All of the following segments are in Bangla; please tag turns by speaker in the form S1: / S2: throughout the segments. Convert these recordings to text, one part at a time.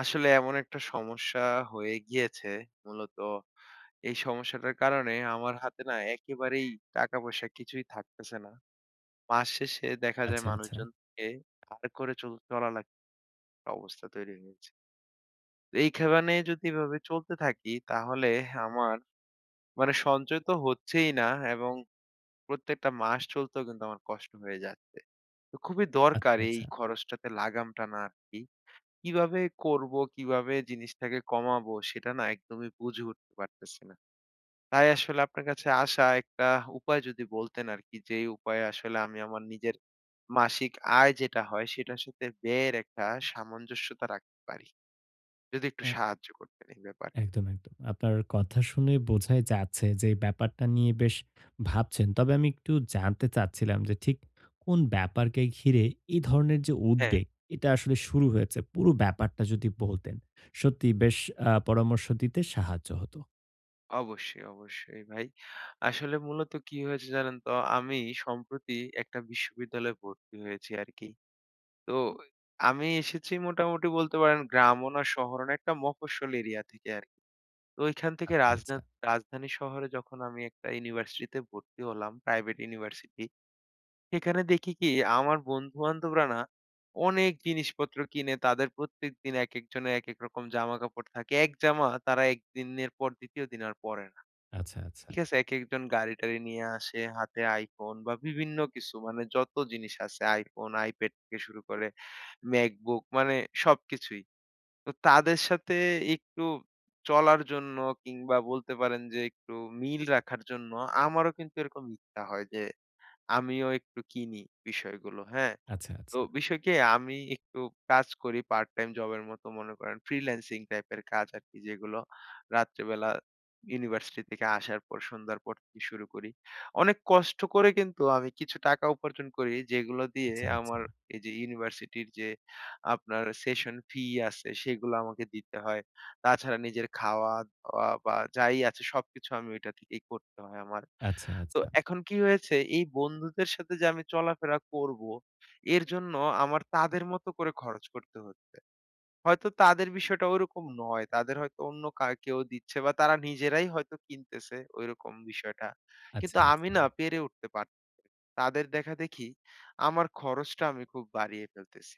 S1: আসলে এমন একটা সমস্যা হয়ে গিয়েছে মূলত এই সমস্যাটার কারণে আমার হাতে না একেবারেই টাকা পয়সা কিছুই থাকতেছে না। মাস শেষে দেখা যায়
S2: আচ্ছা, আচ্ছা।
S1: মানুষজনকে ধার করে চলা লাগছে অবস্থা তৈরি হয়েছে। এইখানে যদি এভাবে চলতে থাকি তাহলে আমার মানে সঞ্চয় তো হচ্ছেই না, এবং প্রত্যেকটা মাস চলতেও কিন্তু আমার কষ্ট হয়ে যাচ্ছে। তো খুবই
S2: আচ্ছা,
S1: দরকার এই
S2: আচ্ছা।
S1: খরচটাতে লাগাম টানা আরকি। কিভাবে করব, কিভাবে জিনিসটাকে কমাবো সেটা না একদমই বুঝে উঠতে পারতেছি না। তাই আসলে আপনার কাছে আসা, একটা উপায় যদি বলতেন আরকি, যে উপায়ে আসলে আমি আমার নিজের মাসিক আয় যেটা হয় সেটার সাথে ব্যয়ের একটা সামঞ্জস্যতা রাখতে পারি। যদি একটু
S2: এ
S1: সাহায্য করতেন এই ব্যাপারে।
S2: একদম, একদম। আপনার কথা শুনে বোঝাই যাচ্ছে যে এই ব্যাপারটা নিয়ে বেশ ভাবছেন। তবে আমি একটু জানতে চাচ্ছিলাম যে ঠিক কোন ব্যাপারকে ঘিরে এই ধরনের যে
S1: হ্যাঁ,
S2: উদ্বেগ, এটা আসলে শুরু হয়েছে? পুরো ব্যাপারটা যদি বলতেন, সত্যিই বেশ পরামর্শ দিতে সাহায্য হতো।
S1: অবশ্যই, অবশ্যই ভাই। আসলে মূলত কি হয়েছে জানেন তো? আমি সম্প্রতি একটা বিশ্ববিদ্যালয়ে ভর্তি হয়েছি আরকি। তো আমি এসেছি মোটামুটি বলতে পারেন গ্রামও না শহরও না, একটা মফস্বল এরিয়া থেকে আরকি। তো ওইখান থেকে
S2: আচ্ছা, আচ্ছা,
S1: রাজধানী শহরে যখন আমি একটা ইউনিভার্সিটিতে ভর্তি হলাম, প্রাইভেট ইউনিভার্সিটি। সেখানে দেখি কি আমার বন্ধু-বান্ধবরা না অনেক জিনিসপত্র কিনে, তাদের প্রত্যেকদিন একেকজনের একেক রকম জামাকাপড় থাকে। এক জামা তারা ১ দিনের পর ২য় দিন আর পরে না।
S2: আচ্ছা, আচ্ছা,
S1: ঠিক আছে? একেকজন গাড়ি-টাড়ি নিয়ে আসে, হাতে iPhone বা বিভিন্ন কিছু, মানে যত জিনিস আছে iPhone, iPad থেকে শুরু করে MacBook, মানে সবকিছুই। তো তাদের সাথে একটু চলার জন্য কিংবা বলতে পারেন যে একটু মিল রাখার জন্য আমারও কিন্তু এরকম ইচ্ছা হয় যে আমিও একটু কিনি বিষয়গুলো, হ্যাঁ?
S2: আচ্ছা,
S1: তো
S2: আচ্ছা,
S1: বিষয় কি, আমি একটু কাজ করি পার্ট টাইম জবের মতো, মনে করেন ফ্রিল্যান্সিং টাইপের কাজ আর কি, যেগুলো রাত্রেবেলা ইউনিভার্সিটি থেকে আসার পর সন্ধ্যার পর থেকে শুরু করি। অনেক কষ্ট করে কিন্তু আমি কিছু টাকা উপার্জন করি, যেগুলো দিয়ে
S2: আচ্ছা, আচ্ছা,
S1: আমার এই যে ইউনিভার্সিটির যে আপনার সেশন ফি আছে সেগুলো আমাকে দিতে হয়, তাছাড়া নিজের খাওয়া দাওয়া বা যাই আছে সবকিছু আমি ওইটা থেকেই করতে হয় আমার। তো
S2: আচ্ছা,
S1: এখন কি হয়েছে, এই বন্ধুদের সাথে যে আমি চলাফেরা করব, এর জন্য আমার তাদের মতো করে খরচ করতে হচ্ছে। হয়তো তাদের বিষয়টা ওইরকম নয়। তাদের হয়তো অন্য কেউ দিচ্ছে বা তারা নিজেরাই হয়তো কিনতেছে ওইরকম বিষয়টা।
S2: আচ্ছা,
S1: কিন্তু আমি
S2: আচ্ছা,
S1: না পেরে উঠতে পারছি না। তাদের দেখাদেখি আমার খরচটা আমি খুব বাড়িয়ে ফেলতেছি।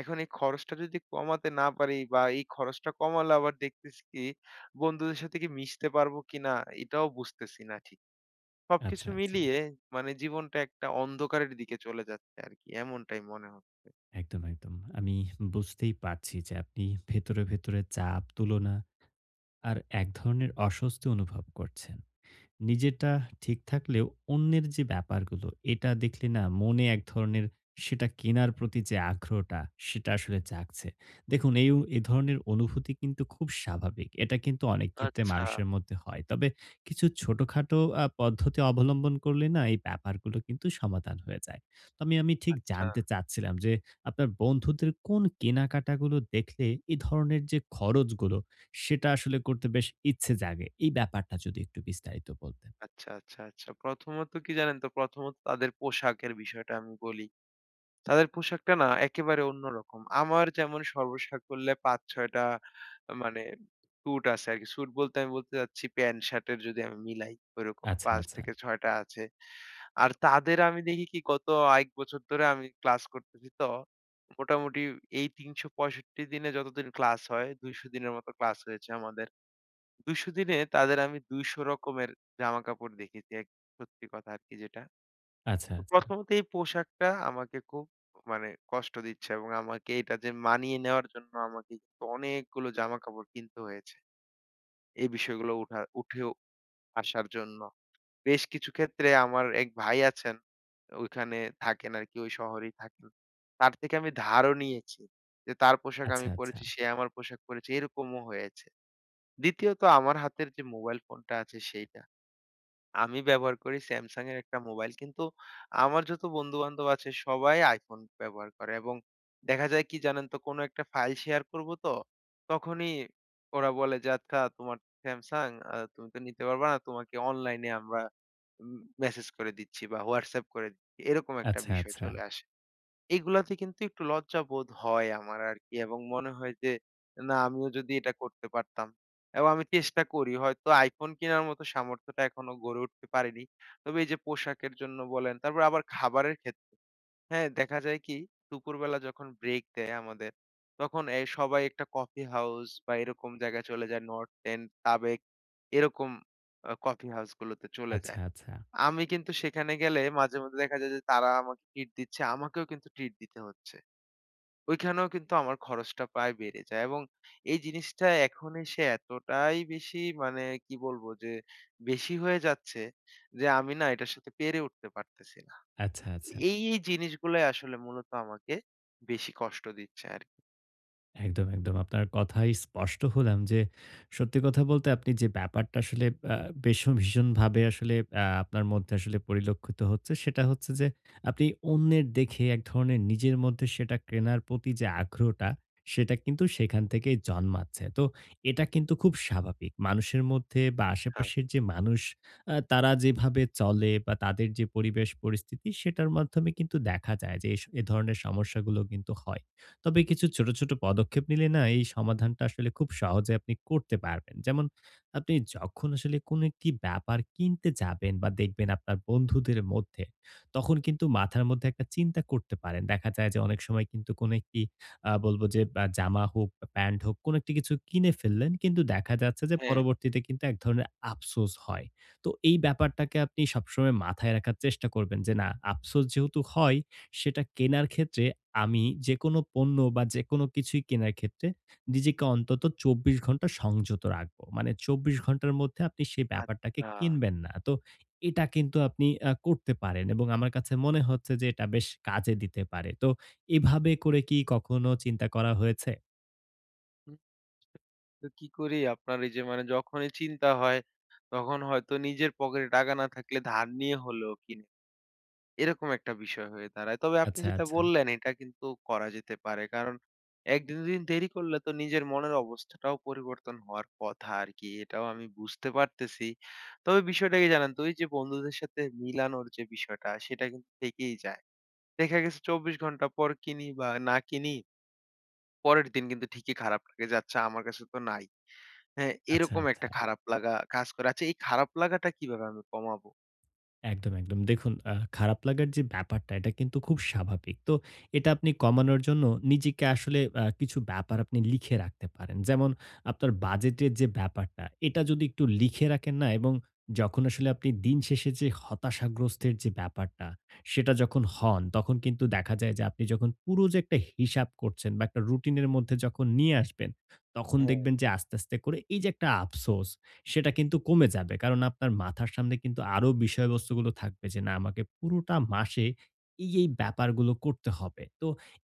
S1: এখন এই খরচটা যদি কমাতে না পারি বা এই খরচটা কমালে আবার দেখতেছি কি বন্ধুদের সাথে কি মিশতে পারবো কিনা, এটাও বুঝতেছি না ঠিক।
S2: আচ্ছা,
S1: সবকিছু
S2: আচ্ছা।
S1: মিলিয়ে মানে জীবনটা একটা অন্ধকারের দিকে চলে যাচ্ছে আরকি। এমনটাই মনে হচ্ছে।
S2: একদম, একদম। আমি বুঝতেই পারছি যে আপনি ভেতরে, ভেতরে চাপ, তুলনা আর এক ধরনের অস্বস্তি অনুভব করছেন। নিজেরটা ঠিক থাকলেও অন্যের যে ব্যাপারগুলো, এটা দেখলে না মনে এক ধরনের সেটা কেনার প্রতি যে আগ্রহটা, সেটা আসলে জাগছে। দেখুন এই এ ধরনের অনুভূতি কিন্তু খুব স্বাভাবিক। এটা কিন্তু অনেক ক্ষেত্রে
S1: আচ্ছা,
S2: মানুষের মধ্যে হয়। তবে কিছু ছোটখাটো পদ্ধতি অবলম্বন করলে না এই ব্যাপারগুলো কিন্তু সমাধান হয়ে যায়। তো আমি আমি ঠিক
S1: আচ্ছা,
S2: জানতে চাচ্ছিলাম যে আপনার বন্ধুদের কোন কেনাকাটাগুলো দেখলে এ ধরনের যে খরচগুলো সেটা আসলে করতে বেশ ইচ্ছে জাগে। এই ব্যাপারটা যদি একটু বিস্তারিত বলতেন।
S1: আচ্ছা, আচ্ছা, আচ্ছা। প্রথমত কি জানেন তো? প্রথমত তাদের পোশাকের বিষয়টা আমি বলি। তাদের পোশাকটা না একেবারে অন্যরকম। আমার যেমন সর্বশেষ করলে ৫-৬ টা মানে স্যুট আছে আরকি। স্যুট বলতে আমি বলতে চাচ্ছি প্যান্ট শার্টের যদি আমি মিলাই, ওইরকম
S2: আচ্ছা, আচ্ছা,
S1: ৫-৬ টা আছে। আর তাদের আমি দেখি কি, গত ১ বছর ধরে আমি ক্লাস করতেছি, তো মোটামুটি এই ৩৬৫ দিনে যতদিন ক্লাস হয়, ২০০ দিনের মতো ক্লাস হয়েছে আমাদের। ২০০ দিনে তাদের আমি ২০০ রকমের জামাকাপড় দেখেছি, এক সত্যি কথা আরকি যেটা।
S2: আচ্ছা,
S1: তো
S2: আচ্ছা,
S1: প্রথমত এই পোশাকটা আমাকে খুব মানে কষ্ট দিচ্ছে, এবং আমাকে এটা যে মানিয়ে নেওয়ার জন্য আমাকে কিন্তু অনেকগুলো জামাকাপড় কিনতে হয়েছে। এই বিষয়গুলো উঠেও আসার জন্য। বেশ কিছু ক্ষেত্রে আমার এক ভাই আছেন, ওইখানে থাকেন আরকি, ওই শহরেই থাকেন। তার থেকে আমি ধারও নিয়েছি, যে তার পোশাক আমি
S2: আচ্ছা, আচ্ছা,
S1: পড়েছি, সে আমার পোশাক পড়েছে, এরকমও হয়েছে। দ্বিতীয়ত আমার হাতের যে মোবাইল ফোনটা আছে সেইটা আমি ব্যবহার করি Samsung এর একটা মোবাইল। কিন্তু আমার যত বন্ধু-বান্ধব আছে সবাই iPhone ব্যবহার করে, এবং দেখা যায় কি জানেন তো, কোনো একটা ফাইল শেয়ার করব তো, তখনই ওরা বলে যে, "আচ্ছা তোমার Samsung, তুমি তো নিতে পারবা না। তোমাকে অনলাইনে আমরা উম মেসেজ করে দিচ্ছি বা হোয়াটসঅ্যাপ করে দিচ্ছি।" এরকম একটা
S2: আচ্ছা,
S1: বিষয়
S2: আচ্ছা,
S1: চলে আসে। এগুলাতে কিন্তু একটু লজ্জাবোধ হয় আমার আরকি, এবং মনে হয় যে, না আমিও যদি এটা করতে পারতাম। এবং আমি চেষ্টা করি। হয়তো iPhone কেনার মতো সামর্থ্যটা এখনো গড়ে উঠতে পারিনি। তবে এই যে পোশাকের জন্য বলেন, তারপর আবার খাবারের ক্ষেত্রে, হ্যাঁ? দেখা যায় কি, দুপুরবেলা যখন ব্রেক দেয় আমাদের, তখন সবাই একটা কফি হাউস বা এরকম জায়গায় চলে যায়। নর্থ এন্ড, সাবেক এরকম কফি হাউসগুলোতে চলে যায়।
S2: আচ্ছা,
S1: আমি কিন্তু সেখানে গেলে মাঝে-মধ্যে দেখা যায় যে তারা আমাকে ট্রিট দিচ্ছে, আমাকেও কিন্তু ট্রিট দিতে হচ্ছে। ওইখানেও কিন্তু আমার খরচটা প্রায় বেড়ে যায়, এবং এই জিনিসটা এখন এসে এতটাই বেশি, মানে কি বলবো, যে বেশি হয়ে যাচ্ছে যে আমি না এটার সাথে পেরে উঠতে পারতেছি না।
S2: আচ্ছা, আচ্ছা।
S1: এই জিনিসগুলাই আসলে মূলত আমাকে বেশি কষ্ট দিচ্ছে আরকি।
S2: একদম, একদম। আপনার কথায় স্পষ্ট হলাম যে, সত্যি কথা বলতে আপনি যে ব্যাপারটা আসলে আ বেশ ভীষণভাবে আসলে আপনার মধ্যে আসলে পরিলক্ষিত হচ্ছে, সেটা হচ্ছে যে আপনি অন্যের দেখে এক ধরনের নিজের মধ্যে সেটা কেনার প্রতি যে আগ্রহটা, সেটা কিন্তু সেখান থেকেই জন্মাচ্ছে। তো এটা কিন্তু খুব স্বাভাবিক। মানুষের মধ্যে বা
S1: হ্যাঁ।
S2: আশেপাশের যে মানুষ তারা যেভাবে চলে বা তাদের যে পরিবেশ পরিস্থিতি, সেটার মাধ্যমে কিন্তু দেখা যায় যে এ ধরনের সমস্যাগুলো কিন্তু হয়। তবে কিছু ছোট, ছোট পদক্ষেপ নিলে না এই সমাধানটা আসলে খুব সহজে আপনি করতে পারবেন। যেমন আপনি যখন আসলে কোনো একটি ব্যাপার কিনতে যাবেন বা দেখবেন আপনার বন্ধুদের মধ্যে, তখন কিন্তু মাথার মধ্যে একটা চিন্তা করতে পারেন। দেখা যায় যে অনেক সময় কিন্তু কোনো একটি বলব যে জামা হোক বা প্যান্ট হোক কোনো একটি কিছু কিনে ফেললেন। কিন্তু দেখা যাচ্ছে যে
S1: হ্যাঁ,
S2: পরবর্তীতে কিন্তু এক ধরনের আফসোস হয়। তো এই ব্যাপারটাকে আপনি সবসময় মাথায় রাখার চেষ্টা করবেন যে না আফসোস যেহেতু হয় সেটা কেনার ক্ষেত্রে আমি যেকোনো পণ্য বা যেকোনো কিছুই কেনার ক্ষেত্রে নিজেকে অন্তত ২৪ ঘন্টা সংযত রাখবো। মানে ২৪ ঘন্টার মধ্যে আপনি সেই ব্যাপারটাকে
S1: আচ্ছা।
S2: কিনবেন না। তো এটা কিন্তু আপনি করতে পারেন এবং আমার কাছে মনে হচ্ছে যে এটা বেশ কাজে দিতে পারে। তো এভাবে করে কি কখনো চিন্তা করা হয়েছে?
S1: তো কি করি আপনার, এই যে মানে যখনই চিন্তা হয়, তখন হয়তো নিজের পকেটে টাকা না থাকলে ধার নিয়ে হলেও কিনি। এরকম একটা বিষয় হয়ে দাঁড়ায়। তবে আপনি
S2: আচ্ছা,
S1: যেটা
S2: আচ্ছা।
S1: বললেন এটা কিন্তু করা যেতে পারে। কারণ ১ ২ দিন দেরি করলে তো নিজের মনের অবস্থাটাও পরিবর্তন হওয়ার কথা আরকি। এটাও আমি বুঝতে পারতেছি। তবে বিষয়টা কি জানেন তো, ওই যে বন্ধুদের সাথে মিলানোর যে বিষয়টা সেটা কিন্তু থেকেই যায়। দেখা গেছে ২৪ ঘন্টা পর কিনি বা না কিনি, পরের দিন কিন্তু ঠিকই খারাপ লাগে যে, আচ্ছা আমার কাছে তো নাই। হ্যাঁ,
S2: আচ্ছা,
S1: এরকম
S2: আচ্ছা।
S1: একটা খারাপ লাগা কাজ করে। আচ্ছা এই খারাপ লাগাটা কিভাবে আমি কমাবো?
S2: একদম, একদম। দেখুন খারাপ লাগার যে ব্যাপারটা এটা কিন্তু খুব স্বাভাবিক। তো এটা আপনি কমানোর জন্য নিজেকে আসলে কিছু ব্যাপার আপনি লিখে রাখতে পারেন। যেমন আপনার বাজেটের যে ব্যাপারটা এটা যদি একটু লিখে রাখেন না এবং যখন আসলে আপনি দিন শেষে যে হতাশাগ্রস্তের যে ব্যাপারটা সেটা যখন হন তখন কিন্তু দেখা যায় যে আপনি যখন পুরো যে একটা হিসাব করছেন বা একটা রুটিন এর মধ্যে যখন নিয়ে আসবেন তখন
S1: হ্যাঁ।
S2: দেখবেন যে আস্তে, আস্তে করে এই যে একটা আফসোস সেটা কিন্তু কমে যাবে। কারণ আপনার মাথার সামনে কিন্তু আরো বিষয়বস্তুগুলো থাকবে যে, না আমাকে পুরোটা মাসে এই, এই ব্যাপারগুলো করতে হবে। তো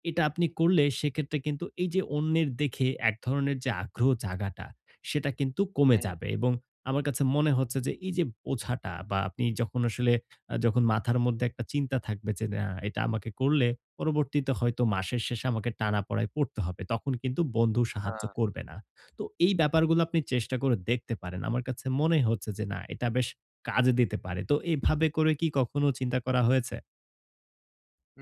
S2: এটা আপনি করলে সেক্ষেত্রে কিন্তু এই যে অন্যের দেখে এক ধরনের যে আগ্রহ জাগাটা, সেটা কিন্তু কমে
S1: হ্যাঁ,
S2: যাবে এবং আমার কাছে মনে হচ্ছে যে এই যে বোঝাটা বা আপনি যখন আসলে যখন মাথার মধ্যে একটা চিন্তা থাকবে যে, না এটা আমাকে করলে পরবর্তীতে হয়তো মাসের শেষে আমাকে টানাপড়ায় পড়তে হবে। তখন কিন্তু বন্ধু সাহায্য
S1: না,
S2: করবে না। তো এই ব্যাপারগুলো আপনি চেষ্টা করে দেখতে পারেন। আমার কাছে মনে হচ্ছে যে না, এটা বেশ কাজে দিতে পারে। তো এভাবে করে কি কখনো চিন্তা করা হয়েছে?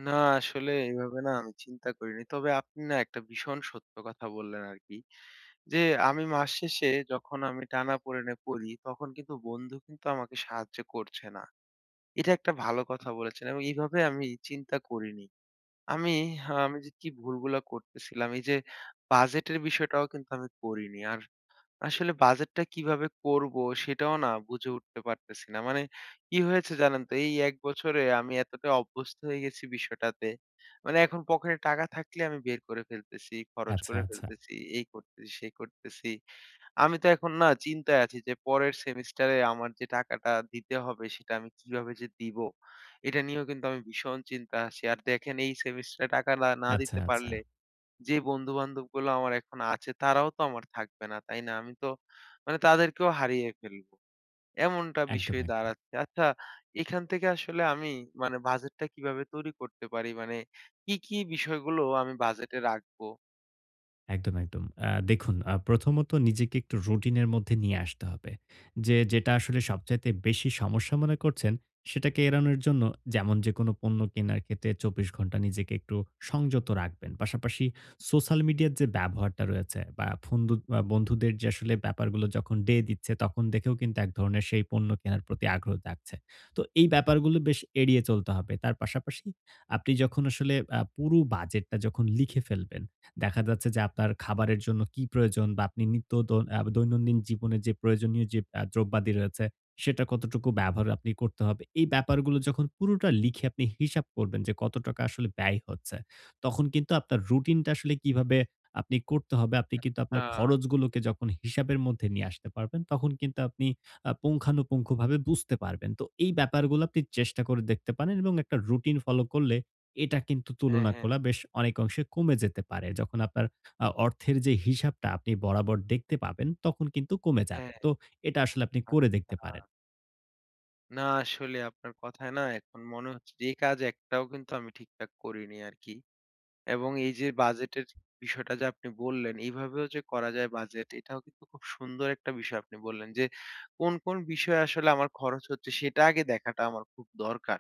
S1: না আসলে এভাবে না আমি চিন্তা করিনি। তবে আপনি না একটা ভীষণ সত্য কথা বললেন আরকি। যে আমি মাস শেষে, যখন আমি টানাপোড়েনে পড়ি তখন কিন্তু বন্ধু কিন্তু আমাকে সাহায্য করছে না। এটা একটা ভালো কথা বলেছেন, এবং এভাবে আমি চিন্তা করিনি। আমি আমি যে কি ভুলগুলা করতেছিলাম, এই যে বাজেটের বিষয়টাও কিন্তু আমি করিনি। আর আসলে বাজেটটা কিভাবে করব সেটাও না বুঝে উঠতে পারতেছি না। মানে কি হয়েছে জানেন তো? এই ১ বছরে আমি এতটা অভ্যস্ত হয়ে গেছি বিষয়টাতে। মানে এখন পকেটে টাকা থাকলে আমি বের করে ফেলতেছি, খরচ
S2: আচ্ছা,
S1: করে
S2: আচ্ছা।
S1: ফেলতেছি, এই করতেছি, সেই করতেছি। আমি তো এখন না চিন্তায় আছি যে পরের সেমিস্টারে আমার যে টাকাটা দিতে হবে সেটা আমি কিভাবে যে দিব? এটা নিয়েও কিন্তু আমি ভীষণ চিন্তায় আছি। আর দেখেন এই সেমিস্টারে টাকা না না
S2: আচ্ছা,
S1: দিতে
S2: আচ্ছা।
S1: পারলে, যে বন্ধু-বান্ধবগুলো আমার এখন আছে তারাও তো আমার থাকবে না, তাই না? আমি তো মানে তাদেরকেও হারিয়ে ফেলবো। এমনটা
S2: একদম,
S1: বিষয়
S2: একদম।
S1: দাঁড়াচ্ছে। আচ্ছা এখান থেকে আসলে আমি মানে বাজেটটা কিভাবে তৈরি করতে পারি? মানে কি, কি বিষয়গুলো আমি বাজেটে রাখবো?
S2: একদম, একদম। দেখুন প্রথমত নিজেকে একটু রুটিনের মধ্যে নিয়ে আসতে হবে। যে যেটা আসলে সবচাইতে বেশি সমস্যা মনে করছেন, সেটাকে এড়ানোর জন্য যেমন যেকোনো পণ্য কেনার ক্ষেত্রে ২৪ ঘন্টা নিজেকে একটু সংযত রাখবেন। পাশাপাশি সোশ্যাল মিডিয়ার যে ব্যবহারটা রয়েছে বা ফন্দু আ বন্ধুদের যে আসলে ব্যাপারগুলো যখন ডে দিচ্ছে, তখন দেখেও কিন্তু এক ধরনের সেই পণ্য কেনার প্রতি আগ্রহ জাগছে। তো এই ব্যাপারগুলো বেশ এড়িয়ে চলতে হবে। তার পাশাপাশি আপনি যখন আসলে পুরো বাজেটটা যখন লিখে ফেলবেন, দেখা যাচ্ছে যে আপনার খাবারের জন্য কি প্রয়োজন বা আপনি নিত্য দন আ দৈনন্দিন জীবনে যে প্রয়োজনীয় যে দ্রব্যাদি রয়েছে, সেটা কতটুকু ব্যবহার আপনি করতে হবে। এই ব্যাপারগুলো যখন পুরোটা লিখে আপনি হিসাব করবেন যে কত টাকা আসলে ব্যয় হচ্ছে, তখন কিন্তু আপনার রুটিনটা আসলে কিভাবে আপনি করতে হবে, আপনি কিন্তু
S1: আ
S2: আপনার খরচগুলোকে যখন হিসাবের মধ্যে নিয়ে আসতে পারবেন, তখন কিন্তু আপনি পুঙ্খানুপুঙ্খভাবে বুঝতে পারবেন। তো এই ব্যাপারগুলো আপনি চেষ্টা করে দেখতে পারেন এবং একটা রুটিন ফলো করলে এটা কিন্তু
S1: হ্যাঁ,
S2: তুলনা
S1: হ্যাঁ,
S2: করা বেশ অনেক অংশে কমে যেতে পারে। যখন আপনার অর্থের যে হিসাবটা আপনি বরাবর দেখতে পাবেন, তখন কিন্তু কমে যাবে।
S1: হ্যাঁ।
S2: তো এটা আসলে আপনি করে
S1: আচ্ছা।
S2: দেখতে পারেন।
S1: না আসলে আপনার কথায় না এখন মনে হচ্ছে যে, এই কাজ একটাও কিন্তু আমি ঠিকঠাক করিনি আরকি। এবং এই যে বাজেটের বিষয়টা যে আপনি বললেন, এইভাবেও যে করা যায় বাজেট, এটাও কিন্তু খুব সুন্দর একটা বিষয় আপনি বললেন যে, কোন, কোন বিষয়ে আসলে আমার খরচ হচ্ছে সেটা আগে দেখাটা আমার খুব দরকার।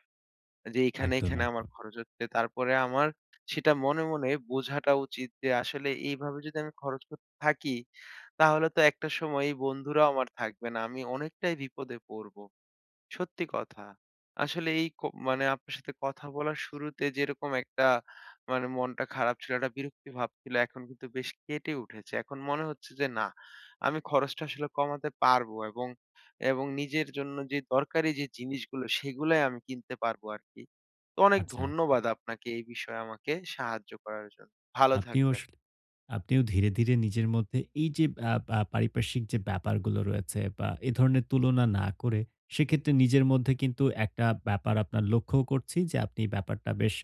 S1: যে এখানে,
S2: একদম,
S1: এখানে আমার
S2: একদম।
S1: খরচ হচ্ছে। তারপরে আমার সেটা মনে, মনে বোঝাটা উচিত যে আসলে এইভাবে যদি আমি খরচ করতে থাকি, তাহলে তো একটা সময় এই বন্ধুরাও আমার থাকবে না। আমি অনেকটাই বিপদে পড়বো। সত্যি কথা। আসলে এই ক মানে আপনার সাথে কথা বলার শুরুতে যেরকম একটা মানে মনটা খারাপ ছিল, একটা বিরক্তি ভাব ছিল, এখন কিন্তু বেশ কেটে উঠেছে। এখন মনে হচ্ছে যে না, আমি খরচটা আসলে কমাতে পারবো, এবং নিজের জন্য যে দরকারি যে জিনিসগুলো সেগুলাই আমি কিনতে পারবো আরকি। তো অনেক
S2: আচ্ছা, আচ্ছা।
S1: ধন্যবাদ আপনাকে এই বিষয়ে আমাকে সাহায্য করার জন্য। ভালো
S2: আপনিও
S1: থাকবেন,
S2: আসলে আপনিও ধীরে, ধীরে নিজের মধ্যে এই যে আ পা পারিপার্শ্বিক যে ব্যাপারগুলো রয়েছে বা এ ধরনের তুলনা না করে সেক্ষেত্রে নিজের মধ্যে কিন্তু একটা ব্যাপার আপনার লক্ষ্যও করছি যে আপনি ব্যাপারটা বেশ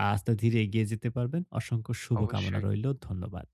S2: আস্তে ধীরে এগিয়ে যেতে পারবেন। অসংখ্য শুভকামনা
S1: অবশ্যই।
S2: রইল। ধন্যবাদ।